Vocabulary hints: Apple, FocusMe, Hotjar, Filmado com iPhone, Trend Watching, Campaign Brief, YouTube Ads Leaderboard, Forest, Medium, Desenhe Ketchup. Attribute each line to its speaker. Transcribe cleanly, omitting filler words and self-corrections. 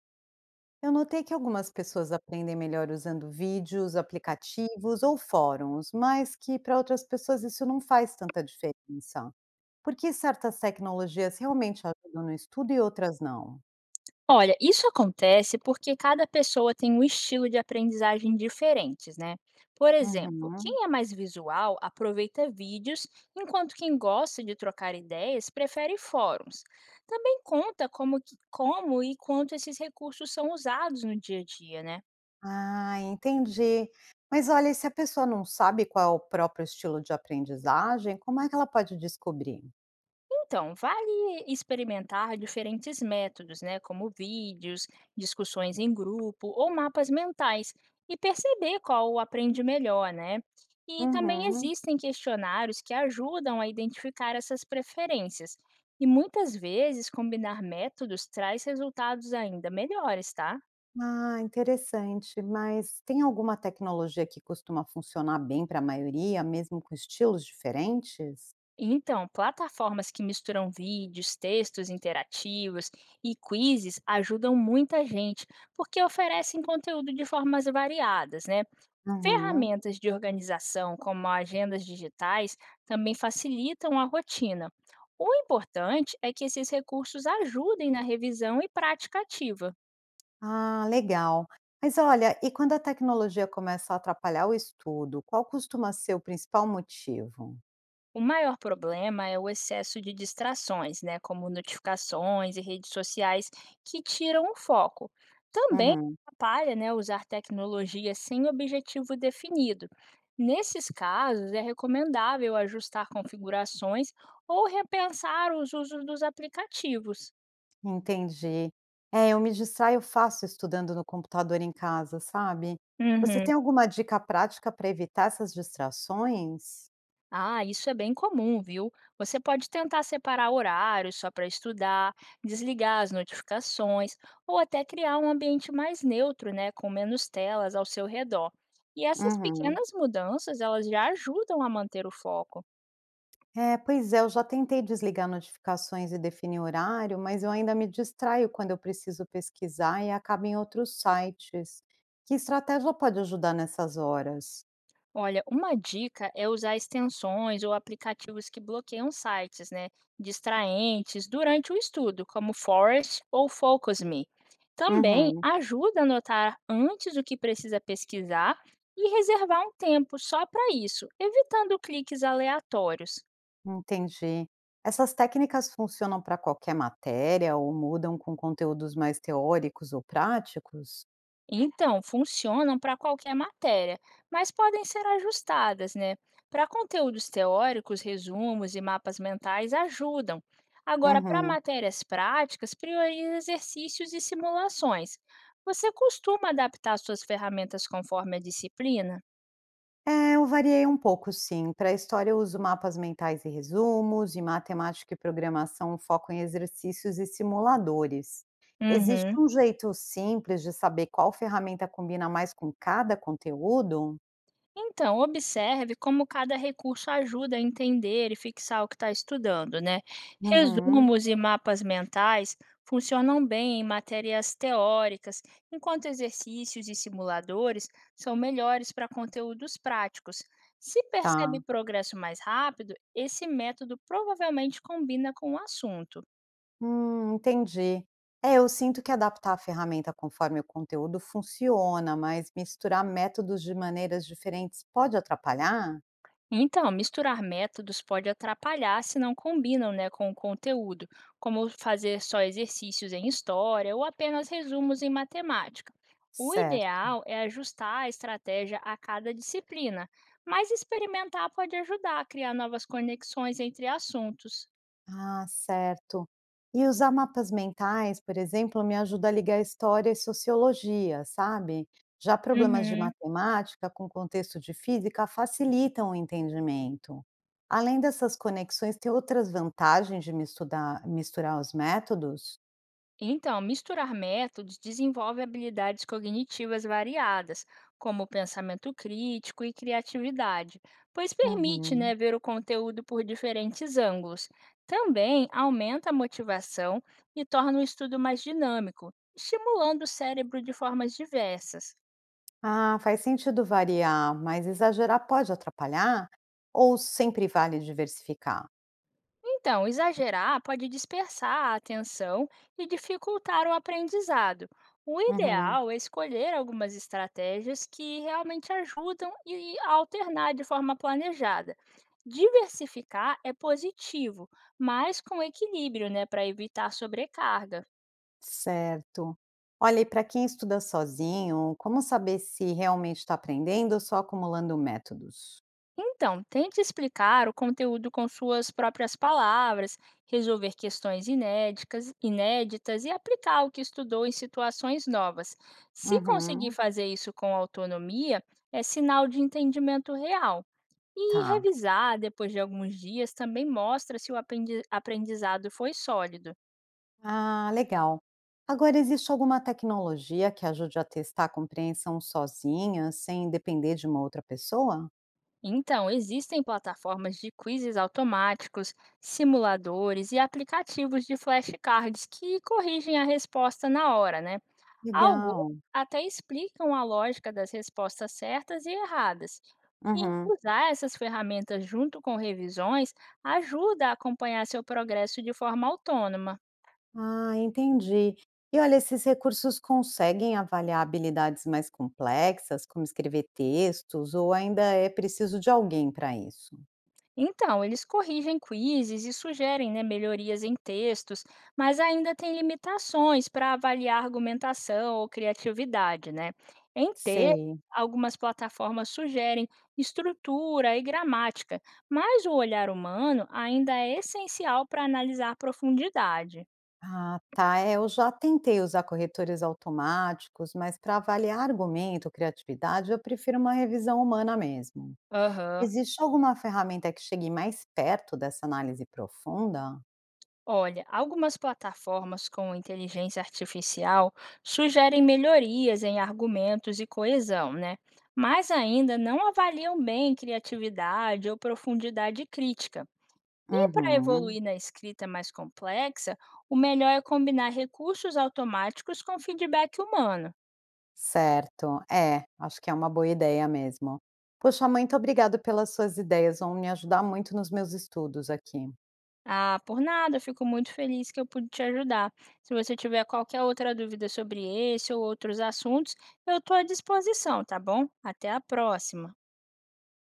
Speaker 1: Eu notei que algumas pessoas aprendem melhor usando vídeos, aplicativos ou fóruns, mas que para outras pessoas isso não faz tanta diferença. Por que certas tecnologias realmente ajudam no estudo e outras não?
Speaker 2: Olha, isso acontece porque cada pessoa tem um estilo de aprendizagem diferentes, né? Por exemplo,
Speaker 1: Uhum.
Speaker 2: quem é mais visual aproveita vídeos, enquanto quem gosta de trocar ideias prefere fóruns. Também conta como, como e quanto esses recursos são usados no dia a dia, né?
Speaker 1: Ah, entendi. Mas olha, e se a pessoa não sabe qual é o próprio estilo de aprendizagem, como é que ela pode descobrir?
Speaker 2: Então, vale experimentar diferentes métodos, né, como vídeos, discussões em grupo ou mapas mentais, e perceber qual aprende melhor, né? E também
Speaker 1: Uhum.
Speaker 2: existem questionários que ajudam a identificar essas preferências. E muitas vezes combinar métodos traz resultados ainda melhores, tá?
Speaker 1: Ah, interessante. Mas tem alguma tecnologia que costuma funcionar bem para a maioria, mesmo com estilos diferentes?
Speaker 2: Então, plataformas que misturam vídeos, textos interativos e quizzes ajudam muita gente, porque oferecem conteúdo de formas variadas, né?
Speaker 1: Uhum.
Speaker 2: Ferramentas de organização, como agendas digitais, também facilitam a rotina. O importante é que esses recursos ajudem na revisão e prática ativa.
Speaker 1: Ah, legal. Mas olha, e quando a tecnologia começa a atrapalhar o estudo, qual costuma ser o principal motivo?
Speaker 2: O maior problema é o excesso de distrações, né, como notificações e redes sociais que tiram o foco. Também
Speaker 1: Uhum,
Speaker 2: atrapalha, né, usar tecnologia sem objetivo definido. Nesses casos, é recomendável ajustar configurações ou repensar os usos dos aplicativos.
Speaker 1: entendi. É, eu me distraio fácil estudando no computador em casa, sabe? Você
Speaker 2: Uhum.
Speaker 1: tem alguma dica prática para evitar essas distrações?
Speaker 2: Ah, isso é bem comum, viu? Você pode tentar separar horários só para estudar, desligar as notificações ou até criar um ambiente mais neutro, né, com menos telas ao seu redor. E essas
Speaker 1: Uhum.
Speaker 2: pequenas mudanças, elas já ajudam a manter o foco.
Speaker 1: É, pois é, eu já tentei desligar notificações e definir horário, mas eu ainda me distraio quando eu preciso pesquisar e acabo em outros sites. Que estratégia pode ajudar nessas horas?
Speaker 2: Olha, uma dica é usar extensões ou aplicativos que bloqueiam sites, né, distraentes durante o estudo, como Forest ou FocusMe. Também
Speaker 1: Uhum,
Speaker 2: ajuda a anotar antes o que precisa pesquisar e reservar um tempo só para isso, evitando cliques aleatórios.
Speaker 1: entendi. Essas técnicas funcionam para qualquer matéria ou mudam com conteúdos mais teóricos ou práticos?
Speaker 2: Então, funcionam para qualquer matéria, mas podem ser ajustadas, né? Para conteúdos teóricos, resumos e mapas mentais ajudam. Agora, para
Speaker 1: Uhum.
Speaker 2: matérias práticas, prioriza exercícios e simulações. Você costuma adaptar suas ferramentas conforme a disciplina?
Speaker 1: É, eu variei um pouco, sim. Para história, eu uso mapas mentais e resumos, e matemática e programação, foco em exercícios e simuladores. Existe
Speaker 2: Uhum.
Speaker 1: um jeito simples de saber qual ferramenta combina mais com cada conteúdo?
Speaker 2: Então, observe como cada recurso ajuda a entender e fixar o que está estudando, né?
Speaker 1: Uhum,
Speaker 2: Resumos e mapas mentais funcionam bem em matérias teóricas, enquanto exercícios e simuladores são melhores para conteúdos práticos. Se percebe
Speaker 1: tá.
Speaker 2: progresso mais rápido, esse método provavelmente combina com o assunto.
Speaker 1: Entendi. É, eu sinto que adaptar a ferramenta conforme o conteúdo funciona, mas misturar métodos de maneiras diferentes pode atrapalhar?
Speaker 2: Então, misturar métodos pode atrapalhar se não combinam, né, com o conteúdo, como fazer só exercícios em história ou apenas resumos em matemática. O
Speaker 1: Certo.
Speaker 2: ideal é ajustar a estratégia a cada disciplina, mas experimentar pode ajudar a criar novas conexões entre assuntos.
Speaker 1: Ah, certo. E usar mapas mentais, por exemplo, me ajuda a ligar história e sociologia, sabe? Já problemas de
Speaker 2: Uhum.
Speaker 1: matemática com contexto de física facilitam o entendimento. Além dessas conexões, tem outras vantagens de misturar os métodos?
Speaker 2: Então, misturar métodos desenvolve habilidades cognitivas variadas, como pensamento crítico e criatividade, pois permite, né,
Speaker 1: Uhum.
Speaker 2: ver o conteúdo por diferentes ângulos. Também aumenta a motivação e torna o estudo mais dinâmico, estimulando o cérebro de formas diversas.
Speaker 1: Ah, faz sentido variar, mas exagerar pode atrapalhar? Ou sempre vale diversificar?
Speaker 2: Então, exagerar pode dispersar a atenção e dificultar o aprendizado. O
Speaker 1: Uhum.
Speaker 2: ideal é escolher algumas estratégias que realmente ajudam e a alternar de forma planejada. Diversificar é positivo, mas com equilíbrio, né, para evitar sobrecarga.
Speaker 1: Certo. Olha, e para quem estuda sozinho, como saber se realmente está aprendendo ou só acumulando métodos?
Speaker 2: Então, tente explicar o conteúdo com suas próprias palavras, resolver questões inéditas e aplicar o que estudou em situações novas. Se conseguir
Speaker 1: Uhum,
Speaker 2: fazer isso com autonomia, é sinal de entendimento real. E
Speaker 1: tá.
Speaker 2: revisar depois de alguns dias também mostra se o aprendizado foi sólido.
Speaker 1: Ah, legal. Agora, existe alguma tecnologia que ajude a testar a compreensão sozinha, sem depender de uma outra pessoa?
Speaker 2: Então, existem plataformas de quizzes automáticos, simuladores e aplicativos de flashcards que corrigem a resposta na hora, né? Alguns
Speaker 1: Legal.
Speaker 2: até explicam a lógica das respostas certas e erradas. E
Speaker 1: Uhum.
Speaker 2: usar essas ferramentas junto com revisões ajuda a acompanhar seu progresso de forma autônoma.
Speaker 1: Ah, entendi. E olha, esses recursos conseguem avaliar habilidades mais complexas, como escrever textos, ou ainda é preciso de alguém para isso?
Speaker 2: Então, eles corrigem quizzes e sugerem né, melhorias em textos, mas ainda tem limitações para avaliar argumentação ou criatividade. Né? Em texto,
Speaker 1: Sei.
Speaker 2: algumas plataformas sugerem estrutura e gramática, mas o olhar humano ainda é essencial para analisar profundidade.
Speaker 1: Ah, tá. É, eu já tentei usar corretores automáticos, mas para avaliar argumento criatividade, eu prefiro uma revisão humana mesmo.
Speaker 2: Aham.
Speaker 1: Existe alguma ferramenta que chegue mais perto dessa análise profunda?
Speaker 2: Olha, algumas plataformas com inteligência artificial sugerem melhorias em argumentos e coesão, né? Mas ainda não avaliam bem criatividade ou profundidade crítica. E para
Speaker 1: Uhum,
Speaker 2: evoluir na escrita mais complexa, o melhor é combinar recursos automáticos com feedback humano.
Speaker 1: certo. É, acho que é uma boa ideia mesmo. Poxa, muito obrigado pelas suas ideias, vão me ajudar muito nos meus estudos aqui.
Speaker 2: Ah, por nada, eu fico muito feliz que eu pude te ajudar. Se você tiver qualquer outra dúvida sobre esse ou outros assuntos, eu estou à disposição, tá bom? Até a próxima!